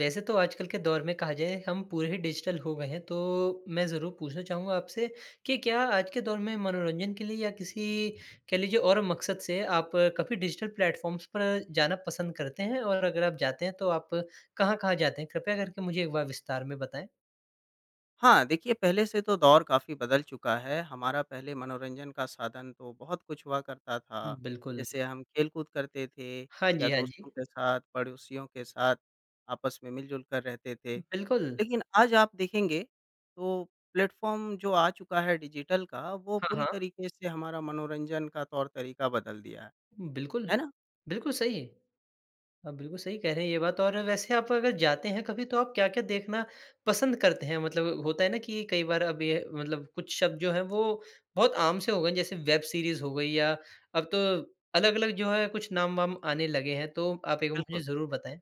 वैसे तो आजकल के दौर में कहा जाए हम पूरे ही डिजिटल हो गए हैं, तो मैं ज़रूर पूछना चाहूँगा आपसे कि क्या आज के दौर में मनोरंजन के लिए या किसी कह लीजिए और मकसद से आप कभी डिजिटल प्लेटफ़ॉर्म्स पर जाना पसंद करते हैं? और अगर आप जाते हैं तो आप कहाँ-कहाँ जाते हैं? कृपया करके मुझे एक बार विस्तार में बताएँ। हाँ, देखिए पहले से तो दौर काफ़ी बदल चुका है। हमारा पहले मनोरंजन का साधन तो बहुत कुछ हुआ करता था। बिल्कुल। जैसे हम खेल-कूद करते थे हाँ या जी, हाँ दोस्तों जी। के साथ, पड़ोसियों के साथ आपस में मिल-जुल कर रहते थे। बिल्कुल। लेकिन आज आप देखेंगे तो प्लेटफ़ॉर्म जो आ चुका है डिजिटल का, वो हाँ, पूरी हाँ। तरीके से हमारा मनोरंजन का तौर-तरीका बदल दिया है। बिल्कुल। है ना? बिल्कुल सही। हाँ, बिल्कुल सही कह रहे हैं ये बात और वैसे आप अगर जाते हैं कभी तो आप क्या-क्या देखना पसंद करते हैं? मतलब होता है ना कि कई बार अब ये मतलब कुछ शब्द जो हैं वो बहुत आम से हो गए हैं, जैसे वेब सीरीज़ हो गई या अब तो अलग-अलग जो है कुछ नाम-वाम आने लगे हैं, तो आप एक बार मुझे बिल्कुल। ज़रूर बताएँ?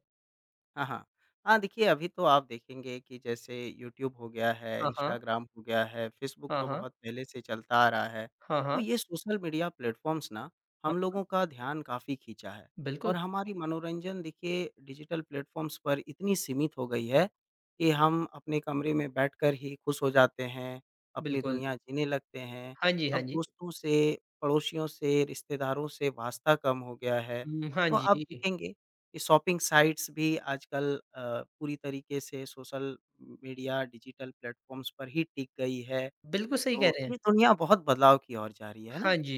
हाँ, हाँ। हाँ, देखिए अभी तो आप देखेंगे कि जैसे यूट्यूब हो गया है, हाँ, हाँ। इंस्टाग्राम हो गया है, फेसबुक हाँ, तो हाँ। बहुत पहले से चलता आ रहा है। हाँ, तो हाँ। ये सोशल मीडिया प्लेटफ़ॉर्म्स ना हाँ, हम लोगों का ध्यान काफ़ी खींचा है बिल्कुल, और हमारी मनोरंजन देखिए डिजिटल प्लेटफ़ॉर्म्स पर इतनी सीमित हो गई है कि हम अपने कमरे में बैठकर ही खुश हो जाते हैं, अपनी बिल्कुल। दुनिया जीने लगते हैं। हाँ जी, हाँ अब जी। दोस्तों से, पड़ोसियों से, रिश्तेदारों से वास्ता कम हो गया है। हुँ, हाँ तो आप जी। देखेंगे ये शॉपिंग साइट्स भी आजकल पूरी तरीके से सोशल मीडिया, डिजिटल प्लेटफ़ॉर्म्स पर ही टिक गई है। बिल्कुल सही कह तो रहे ये हैं। दुनिया बहुत बदलाव की ओर जा रही है ना? हाँ जी,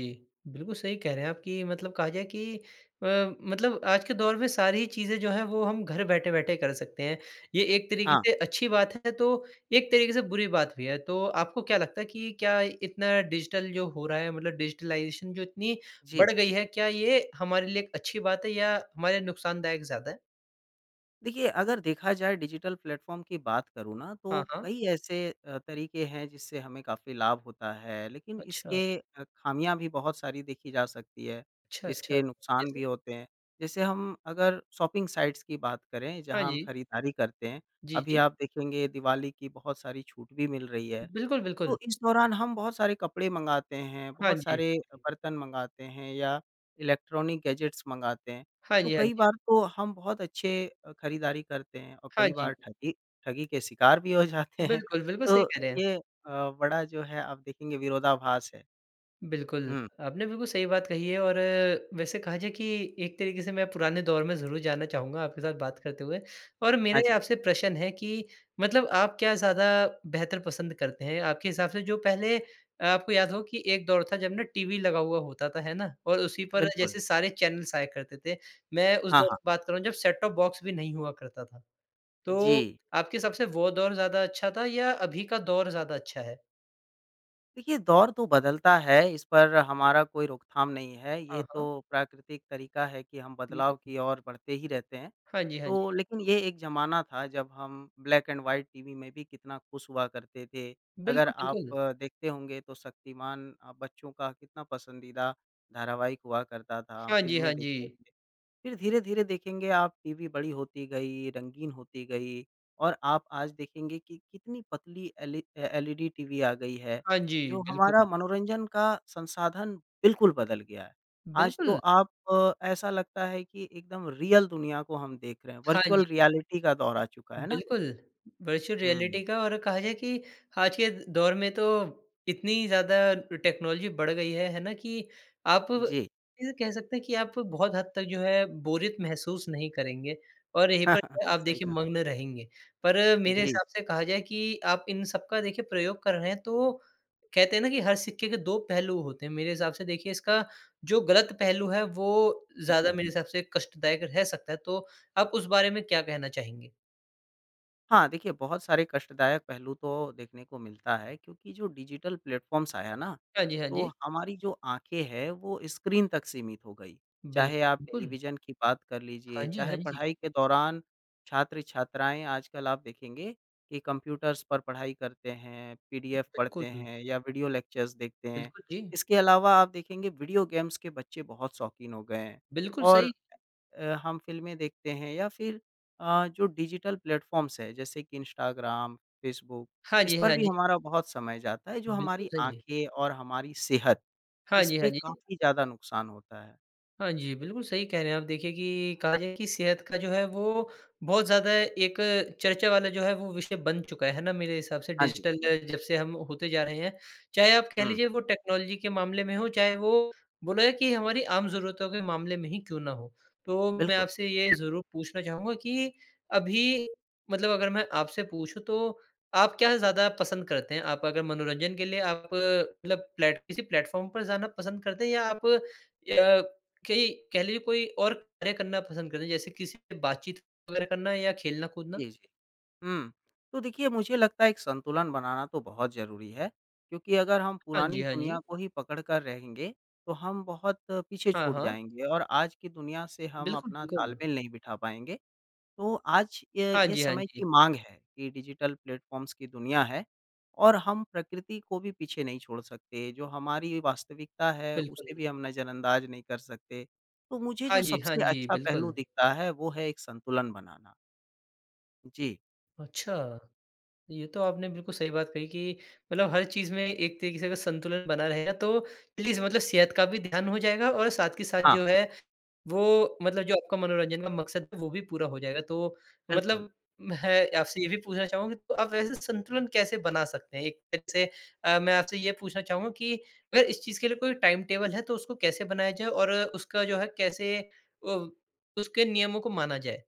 बिल्कुल सही कह रहे हैं आप कि मतलब कहा जाए कि अ, मतलब आज के दौर में सारी चीज़ें जो हैं वो हम घर बैठे-बैठे कर सकते हैं। ये एक तरीके हाँ, से अच्छी बात है तो एक तरीके से बुरी बात भी है। तो आपको क्या लगता है कि क्या इतना डिजिटल जो हो रहा है मतलब डिजिटलाइज़ेशन जो इतनी जी। बढ़ गई है, क्या ये हमारे लिए एक अच्छी बात है या हमारे लिए नुकसानदायक ज़्यादा है? देखिए, अगर देखा जाए डिजिटल प्लेटफ़ॉर्म की बात करूँ ना, तो हाँ, हाँ। कई ऐसे तरीके हैं जिससे हमें काफ़ी लाभ होता है, लेकिन अच्छा, इसके खामियाँ भी बहुत सारी देखी जा सकती है, अच्छा, अच्छा। इसके नुकसान जैसे? भी होते हैं। जैसे हम अगर शॉपिंग साइट्स की बात करें, हाँ जहाँ हम जी। खरीदारी करते हैं, जी, अभी जी। आप देखेंगे दिवाली की बहुत सारी छूट भी मिल रही है। बिल्कुल, तो बिल्कुल। इस दौरान हम बहुत सारे कपड़े मँगाते हैं, हाँ बहुत जी। सारे बर्तन मँगाते हैं या इलेक्ट्रॉनिक गैजेट्स मँगाते हैं। हाँ तो जी, हाँ कई जी। बार तो हम बहुत अच्छे खरीदारी करते हैं और हाँ कई जी। बार ठगी ठगी के शिकार भी हो जाते हैं। बिल्कुल, बिल्कुल तो सही कह रहे हैं। ये बड़ा जो है आप देखेंगे विरोधाभास है। बिल्कुल, हुँ। आपने बिल्कुल सही बात कही है और वैसे कहा जाए कि एक तरीके से मैं पुराने दौर में ज़रूर जाना चाहूँगा आपके साथ बात करते हुए और हाँ मेरा ये जी, आपसे प्रश्न है कि मतलब आप क्या ज़्यादा बेहतर पसंद करते हैं? आपके हिसाब से जो पहले आपको याद हो कि एक दौर था जब ना टीवी लगा हुआ होता था, है ना? और उसी पर बिल्कुल। जैसे सारे चैनल्स आया करते थे। मैं उस हाँ, दौर हाँ। की बात कर रहा हूँ जब सेट टॉप बॉक्स भी नहीं हुआ करता था। जी। तो आपके हिसाब से वो दौर ज़्यादा अच्छा था या अभी का दौर ज़्यादा अच्छा है? देखिए, दौर तो बदलता है, इस पर हमारा कोई रोकथाम नहीं है। ये हाँ, तो हाँ, प्राकृतिक तरीका है कि हम बदलाव बिल्कुल। की ओर बढ़ते ही रहते हैं। हाँ जी, हाँ तो जी। लेकिन ये एक ज़माना था जब हम ब्लैक एंड व्हाइट टीवी में भी कितना खुश हुआ करते थे। अगर बिल्कुल, आप बिल्कुल। देखते होंगे तो शक्तिमान बच्चों का कितना पसंदीदा धारावाहिक हुआ करता था, हम हाँ जी, फ़िल्में हाँ जी। देखते थे। फिर धीरे-धीरे देखेंगे आप टीवी बड़ी होती गई, रंगीन होती गई और आप आज देखेंगे कि कितनी पतली एलईडी टीवी आ गई है, हाँ जी, जो हमारा बिल्कुल। मनोरंजन का संसाधन बिल्कुल बदल गया है। आज तो बिल्कुल, आप ऐसा लगता है कि एकदम रियल दुनिया को हम देख रहे हैं, हाँ वर्चुअल जी। रियलिटी का दौर आ चुका है ना? बिल्कुल, वर्चुअल हुँ, रियलिटी का और कहा जाए कि आज के दौर में तो इतनी ज़्यादा टेक्नोलॉजी बढ़ गई है ना? कि आप जी। ये कह सकते हैं कि आप बहुत हद तक जो है बोरियत महसूस नहीं करेंगे और यहीं पर आप सही देखिए कहा। मग्न रहेंगे। पर मेरे जी, हिसाब से कहा जाए कि आप इन सब का देखिए प्रयोग कर रहे हैं तो कहते हैं ना कि हर सिक्के के 2 पहलू होते हैं। मेरे हिसाब से देखिए इसका जो गलत पहलू है वो ज़्यादा बिल्कुल। मेरे हिसाब से कष्टदायक रह सकता है। तो आप उस बारे में क्या कहना चाहेंगे? हाँ, देखिए बहुत सारे कष्टदायक पहलू तो देखने को मिलता है क्योंकि जो डिजिटल प्लेटफ़ॉर्म्स आया ना, हाँ जी, हाँ तो जी। हमारी जो आँखें हैं वो स्क्रीन तक सीमित हो गई। चाहे बिल्कुल, आप बिल्कुल। टेलीविज़न की बात कर हाँ लीजिए, जी, चाहे हाँ जी। पढ़ाई के दौरान छात्र-छात्राएँ आजकल आप देखेंगे कि कंप्यूटर्स पर पढ़ाई करते हैं, पीडीएफ पढ़ते बिल्कुल, हैं या वीडियो लेक्चर्स देखते हैं। बिल्कुल जी। इसके अलावा आप देखेंगे वीडियो गेम्स के बच्चे बहुत शौकीन हो गए हैं बिल्कुल और सही। हम फ़िल्में देखते हैं या फिर जो डिजिटल प्लेटफ़ॉर्म्स है जैसे कि इंस्टाग्राम, फ़ेसबुक, हाँ इस जी, पर हाँ भी जी। हमारा बहुत समय जाता है जो बिल्कुल हमारी सही है। आँखें और हमारी सेहत हाँ इस जी, हाँ पे जी। काफ़ी ज़्यादा नुकसान होता है। हाँ जी, बिल्कुल सही कह रहे हैं आप। देखिए कि कहा जाए कि सेहत का जो है वो बहुत ज़्यादा एक चर्चा वाला जो है वो विषय बन चुका है ना? मेरे हिसाब से हाँ जी। डिजिटल जब से हम होते जा रहे हैं, चाहे आप कह हुँ, लीजिए वो टेक्नोलॉजी के मामले में हो, चाहे वो बोला जाए कि हमारी आम ज़रूरतों के मामले में ही क्यों ना हो। तो मैं बिल्कुल। आपसे ये ज़रूर पूछना चाहूँगा कि अभी मतलब अगर मैं आपसे पूछूँ तो आप क्या ज़्यादा पसंद करते हैं? आप अगर मनोरंजन के लिए आप मतलब प्लेट किसी प्लेटफ़ॉर्म पर जाना पसंद करते हैं या आप या कई कह लीजिए कोई और कार्य करना पसंद करते हैं, जैसे किसी से बातचीत वगैरह करना या खेलना-कूदना? जी, जी। हुँ, तो देखिए मुझे लगता है एक संतुलन बनाना तो बहुत ज़रूरी है क्योंकि अगर हम हाँ पुरानी जी, हाँ जी। दुनिया को ही पकड़ कर रहेंगे तो हम बहुत पीछे हाँ, छूट हाँ। जाएँगे और आज की दुनिया से हम बिल्कुल, अपना बिल्कुल। तालमेल नहीं बिठा पाएँगे। तो आज ये हाँ ये जी, हाँ समय की जी। माँग है कि डिजिटल प्लेटफ़ॉर्म्स की दुनिया है और हम प्रकृति को भी पीछे नहीं छोड़ सकते। जो हमारी वास्तविकता है, उसे बिल्कुल। भी हम नज़रअंदाज़ नहीं कर सकते। तो मुझे हाँ जो जी, हाँ सबसे जी, अच्छा पहलू बिल्कुल। दिखता है, वो है एक संतुलन बनाना। जी, अच्छा। ये तो आपने बिल्कुल सही बात कही कि मतलब हर चीज़ में एक तरीके से अगर संतुलन बना रहेगा तो प्लीज़ मतलब सेहत का भी ध्यान हो जाएगा और साथ के साथ हाँ, जो है वो मतलब जो आपका मनोरंजन का मकसद है वो भी पूरा हो जाएगा। तो बिल्कुल। मतलब मैं आपसे ये भी पूछना चाहूँगा कि तो आप वैसे संतुलन कैसे बना सकते हैं? एक तरह से मैं आपसे ये पूछना चाहूँगा कि अगर इस चीज़ के लिए कोई टाइम टेबल है तो उसको कैसे बनाया जाए और उसका जो है कैसे उसके नियमों को माना जाए?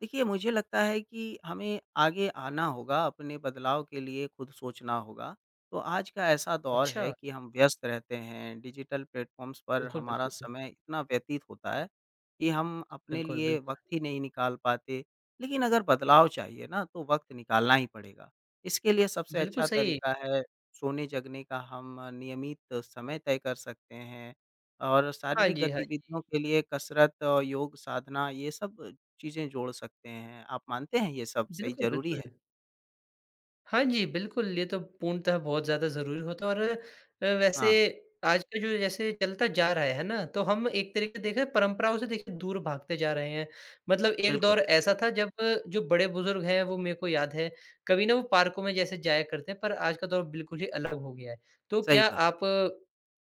देखिए, मुझे लगता है कि हमें आगे आना होगा, अपने बदलाव के लिए खुद सोचना होगा। तो आज का ऐसा दौर है अच्छा, कि हम व्यस्त रहते हैं, डिजिटल प्लेटफ़ॉर्म्स पर बिल्कुल, हमारा बिल्कुल। समय इतना व्यतीत होता है कि हम अपने बिल्कुल, लिए बिल्कुल। वक़्त ही नहीं निकाल पाते। लेकिन अगर बदलाव चाहिए ना, तो वक़्त निकालना ही पड़ेगा। इसके लिए सबसे बिल्कुल अच्छा सही। तरीका है, सोने-जगने का हम नियमित समय तय कर सकते हैं और हाँ शारीरिक जी, हाँ। जी, गतिविधियों के लिए कसरत और योग साधना, ये सब चीज़ें जोड़ सकते हैं। आप मानते हैं ये सब सही बिल्कुल, ज़रूरी बिल्कुल। है? हाँ जी, बिल्कुल, ये तो पूर्णतः बहुत ज़्यादा ज़रूरी होता है और वैसे हाँ, आज का जो जैसे चलता जा रहा है ना? तो हम एक तरीके से देखें परंपराओं से देखिए दूर भागते जा रहे हैं। मतलब एक बिल्कुल, दौर ऐसा था जब जो बड़े-बुज़ुर्ग हैं वो मेरे को याद है, कभी ना वो पार्कों में जैसे जाया करते हैं पर आज का दौर बिल्कुल ही अलग हो गया है। तो सही क्या कहा। आप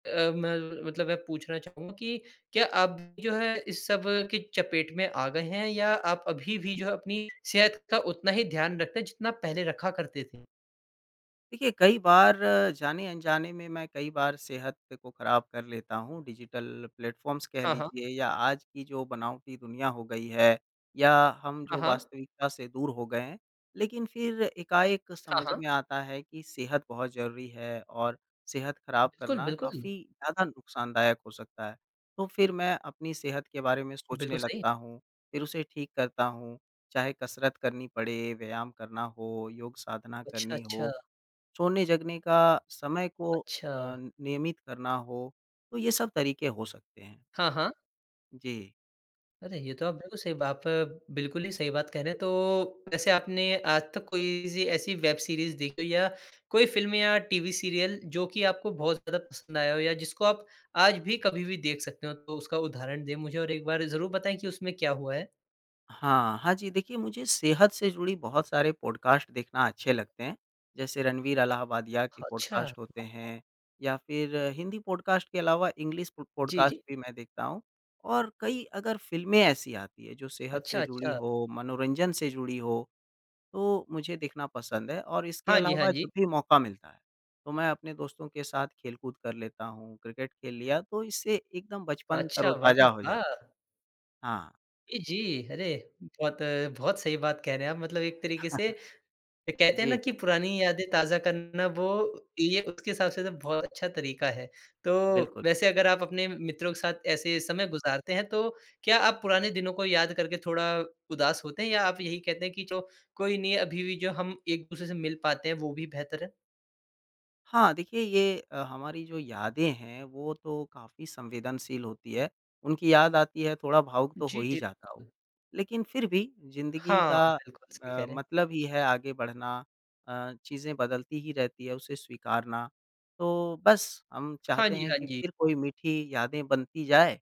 मैं पूछना चाहूँगा कि क्या आप भी जो है इस सब की चपेट में आ गए हैं या आप अभी भी जो है अपनी सेहत का उतना ही ध्यान रखते हैं जितना पहले रखा करते थे? देखिए, कई बार जाने-अनजाने में मैं कई बार सेहत को ख़राब कर लेता हूँ। डिजिटल प्लेटफ़ॉर्म्स कह हाँ, हाँ। लीजिए या आज की जो बनावटी दुनिया हो गई है या हम हाँ, जो हाँ। वास्तविकता से दूर हो गए हैं। लेकिन फिर एकाएक हाँ, समझ हाँ। में आता है कि सेहत बहुत ज़रूरी है और सेहत ख़राब बिल्कुल, करना बिल्कुल। काफ़ी ज़्यादा नुकसानदायक हो सकता है। तो फिर मैं अपनी सेहत के बारे में सोचने बिल्कुल सही। लगता हूँ, फिर उसे ठीक करता हूँ। चाहे कसरत करनी पड़े, व्यायाम करना हो, योग साधना अच्छा, करनी अच्छा। हो सोने-जगने का समय को अच्छा। अ, नियमित करना हो, तो ये सब तरीके हो सकते हैं। हाँ, हाँ। जी। अरे! ये तो आप बिल्कुल सही बा आप बिल्कुल ही सही बात कह रहे हैं। तो वैसे आपने आज तक कोई सी ऐसी वेब सीरीज़ देखी हो या कोई फ़िल्म या टीवी सीरियल जो कि आपको बहुत ज़्यादा पसंद आया हो या जिसको आप आज भी कभी भी देख सकते हो? तो उसका उदाहरण दें मुझे और एक बार ज़रूर बताएँ कि उसमें क्या हुआ है? हाँ, हाँ जी, देखिए मुझे सेहत से जुड़ी बहुत सारे पॉडकास्ट देखना अच्छे लगते हैं, जैसे रणवीर अलाहाबादिया के अच्छा। पॉडकास्ट होते हैं या फिर हिंदी पॉडकास्ट के अलावा इंग्लिश पो जी, पॉडकास्ट जी। भी मैं देखता हूँ और कई अगर फ़िल्में ऐसी आती हैं, जो सेहत अच्छा, से जुड़ी अच्छा। हो, मनोरंजन से जुड़ी हो तो मुझे देखना पसंद है और इसके हाँ जी, हाँ अलावा जी। जब भी मौका मिलता है, तो मैं अपने दोस्तों के साथ खेल-कूद कर लेता हूँ, क्रिकेट खेल लिया तो इससे एकदम बचपन अच्छा, तरोताज़ा अरे हो जाता वाह! हाँ, जी, जी। अरे! बहुत बहुत सही बात कह रहे हैं आप मतलब एक तरीके से ये कहते हैं ना जी, कि पुरानी यादें ताज़ा करना वो ये उसके हिसाब से तो बहुत अच्छा तरीका है। तो बिल्कुल। वैसे अगर आप अपने मित्रों के साथ ऐसे समय गुज़ारते हैं तो क्या आप पुराने दिनों को याद करके थोड़ा उदास होते हैं या आप यही कहते हैं कि जो कोई नहीं अभी भी जो हम एक-दूसरे से मिल पाते हैं वो भी बेहतर है? हाँ, देखिए ये हमारी जो यादें हैं वो तो काफ़ी संवेदनशील होती है। उनकी याद आती है थोड़ा भावुक तो हो जी, ही जी, जाता हूँ। बिल्कुल। लेकिन फिर भी ज़िंदगी हाँ, का बिल्कुल सही कह रहे हैं। मतलब ही है आगे बढ़ना चीज़ें बदलती ही रहती है उसे स्वीकारना। तो बस हम हाँ चाहते जी, हैं हाँ कि जी। फिर कोई मीठी यादें बनती जाए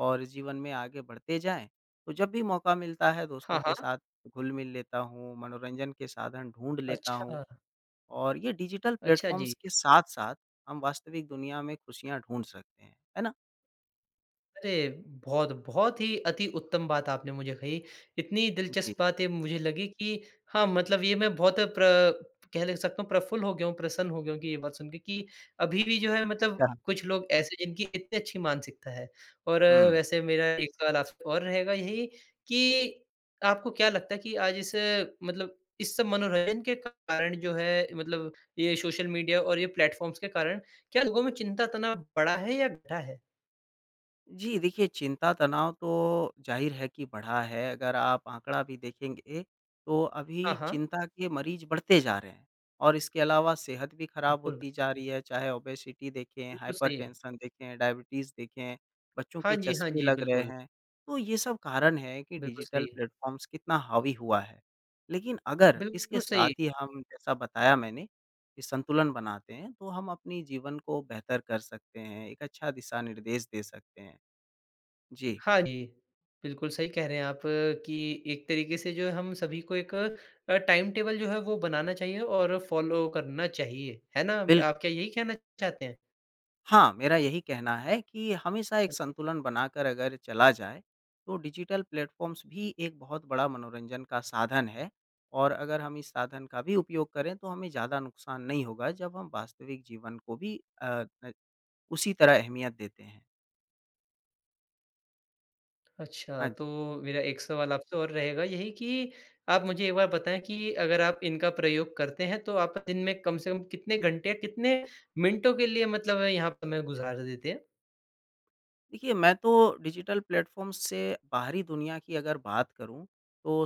और जीवन में आगे बढ़ते जाएँ। तो जब भी मौका मिलता है हाँ, दोस्तों के हाँ। साथ घुल-मिल लेता हूँ, मनोरंजन के साधन ढूँढ लेता हूँ अच्छा, और ये डिजिटल अच्छा प्लेटफ़ॉर्म्स जी। के साथ-साथ हम वास्तविक दुनिया में खुशियाँ ढूँढ सकते हैं, है ना? अरे! बहुत, बहुत ही अति उत्तम बात आपने मुझे कही। इतनी जी। दिलचस्प बातें मुझे लगी कि हाँ, मतलब ये मैं बहुत प्र कह ले सकता हूँ प्रफुल्ल हो गया हूँ, प्रसन्न हो गया हूँ कि ये बात सुन के कि अभी भी जो है मतलब अच्छा। कुछ लोग ऐसे जिनकी इतनी अच्छी मानसिकता है। और हुँ। वैसे मेरा एक सवाल आपसे और रहेगा यही कि आपको क्या लगता है कि आज इस मतलब इस सब मनोरंजन के कारण जो है मतलब ये सोशल मीडिया और ये प्लेटफ़ॉर्म्स के कारण क्या लोगों में चिंता तनाव बढ़ा है या घटा है? जी, देखिए चिंता, तनाव तो ज़ाहिर है कि बढ़ा है। अगर आप आँकड़ा भी देखेंगे, तो हाँ, अभी हाँ। चिंता के मरीज़ बढ़ते जा रहे हैं और इसके अलावा सेहत भी खराब बिल्कुल, होती जा रही है। चाहे ओबेसिटी देखें, बिल्कुल सही है। हाइपरटेंशन देखें, डायबिटीज़ देखें, बच्चों हाँ के जी, हाँ चश्मे जी, लग रहे बिल्कुल, हैं। तो ये सब कारण है कि बिल्कुल सही डिजिटल है। प्लेटफ़ॉर्म्स कितना हावी हुआ है। लेकिन अगर इसके बिल्कुल साथ सही, ही हम जैसा बताया मैंने कि संतुलन बनाते हैं, तो हम अपनी जीवन को बेहतर कर सकते हैं, एक अच्छा दिशा निर्देश दे सकते हैं। जी, हाँ जी। बिल्कुल सही कह रहे हैं आप कि एक तरीके से जो है हम सभी को एक टाइम टेबल जो है वो बनाना चाहिए और फ़ॉलो करना चाहिए, है ना? बिल्कुल। आप क्या यही कहना चाहते हैं? हाँ, मेरा यही कहना है कि हमेशा एक अच्छा संतुलन बनाकर अगर चला जाए, तो डिजिटल प्लेटफ़ॉर्म्स भी एक बहुत बड़ा मनोरंजन का साधन है और अगर हम इस साधन का भी उपयोग करें, तो हमें ज़्यादा नुकसान नहीं होगा, जब हम वास्तविक जीवन को भी अ, न उसी तरह अहमियत देते हैं। अच्छा, हाँ तो जी। मेरा एक सवाल आपसे और रहेगा यही कि आप मुझे एक बार बताएँ कि अगर आप इनका प्रयोग करते हैं तो आप दिन में कम से कम कितने घंटे या कितने मिनटों के लिए मतलब यहाँ समय गुज़ार देते हैं? देखिए, मैं तो डिजिटल प्लेटफ़ॉर्म्स से बाहरी दुनिया की अगर बात करूँ, तो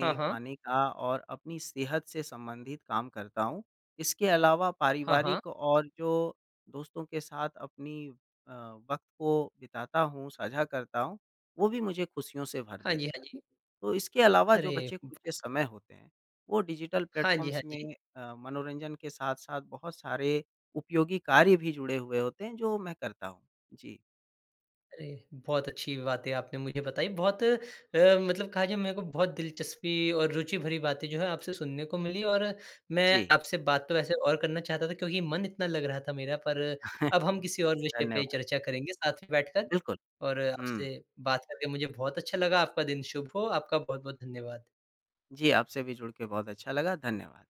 हाँ, हाँ। खाने का और अपनी सेहत से संबंधित काम करता हूँ। इसके अलावा हाँ, हाँ। पारिवारिक और जो दोस्तों के साथ अपनी अ, वक़्त को बिताता हूँ, साझा करता हूँ, वो भी मुझे खुशियों से भर हाँ जी, हाँ देता है। जी। तो इसके अलावा जो अरे! बचे ब खुले समय होते हैं, वो डिजिटल हाँ जी, हाँ प्लेटफ़ॉर्म्स जी। में मनोरंजन के साथ-साथ बहुत सारे उपयोगी कार्य भी जुड़े हुए होते हैं, जो मैं करता हूँ। जी। अरे! बहुत अच्छी बातें आपने मुझे बताई। बहुत मतलब कहा जाए मेरे को बहुत दिलचस्पी और रुचि भरी बातें जो है आपसे सुनने को मिली और मैं जी। आपसे बात तो वैसे और करना चाहता था क्योंकि मन इतना लग रहा था मेरा पर अब हम किसी और विषय पे धन्यवाद, चर्चा करेंगे साथ में बैठकर बिल्कुल। और हुँ, आपसे बात करके मुझे बहुत अच्छा लगा। आपका दिन शुभ हो। आपका बहुत-बहुत धन्यवाद। जी आपसे भी जुड़ के बहुत अच्छा लगा, धन्यवाद।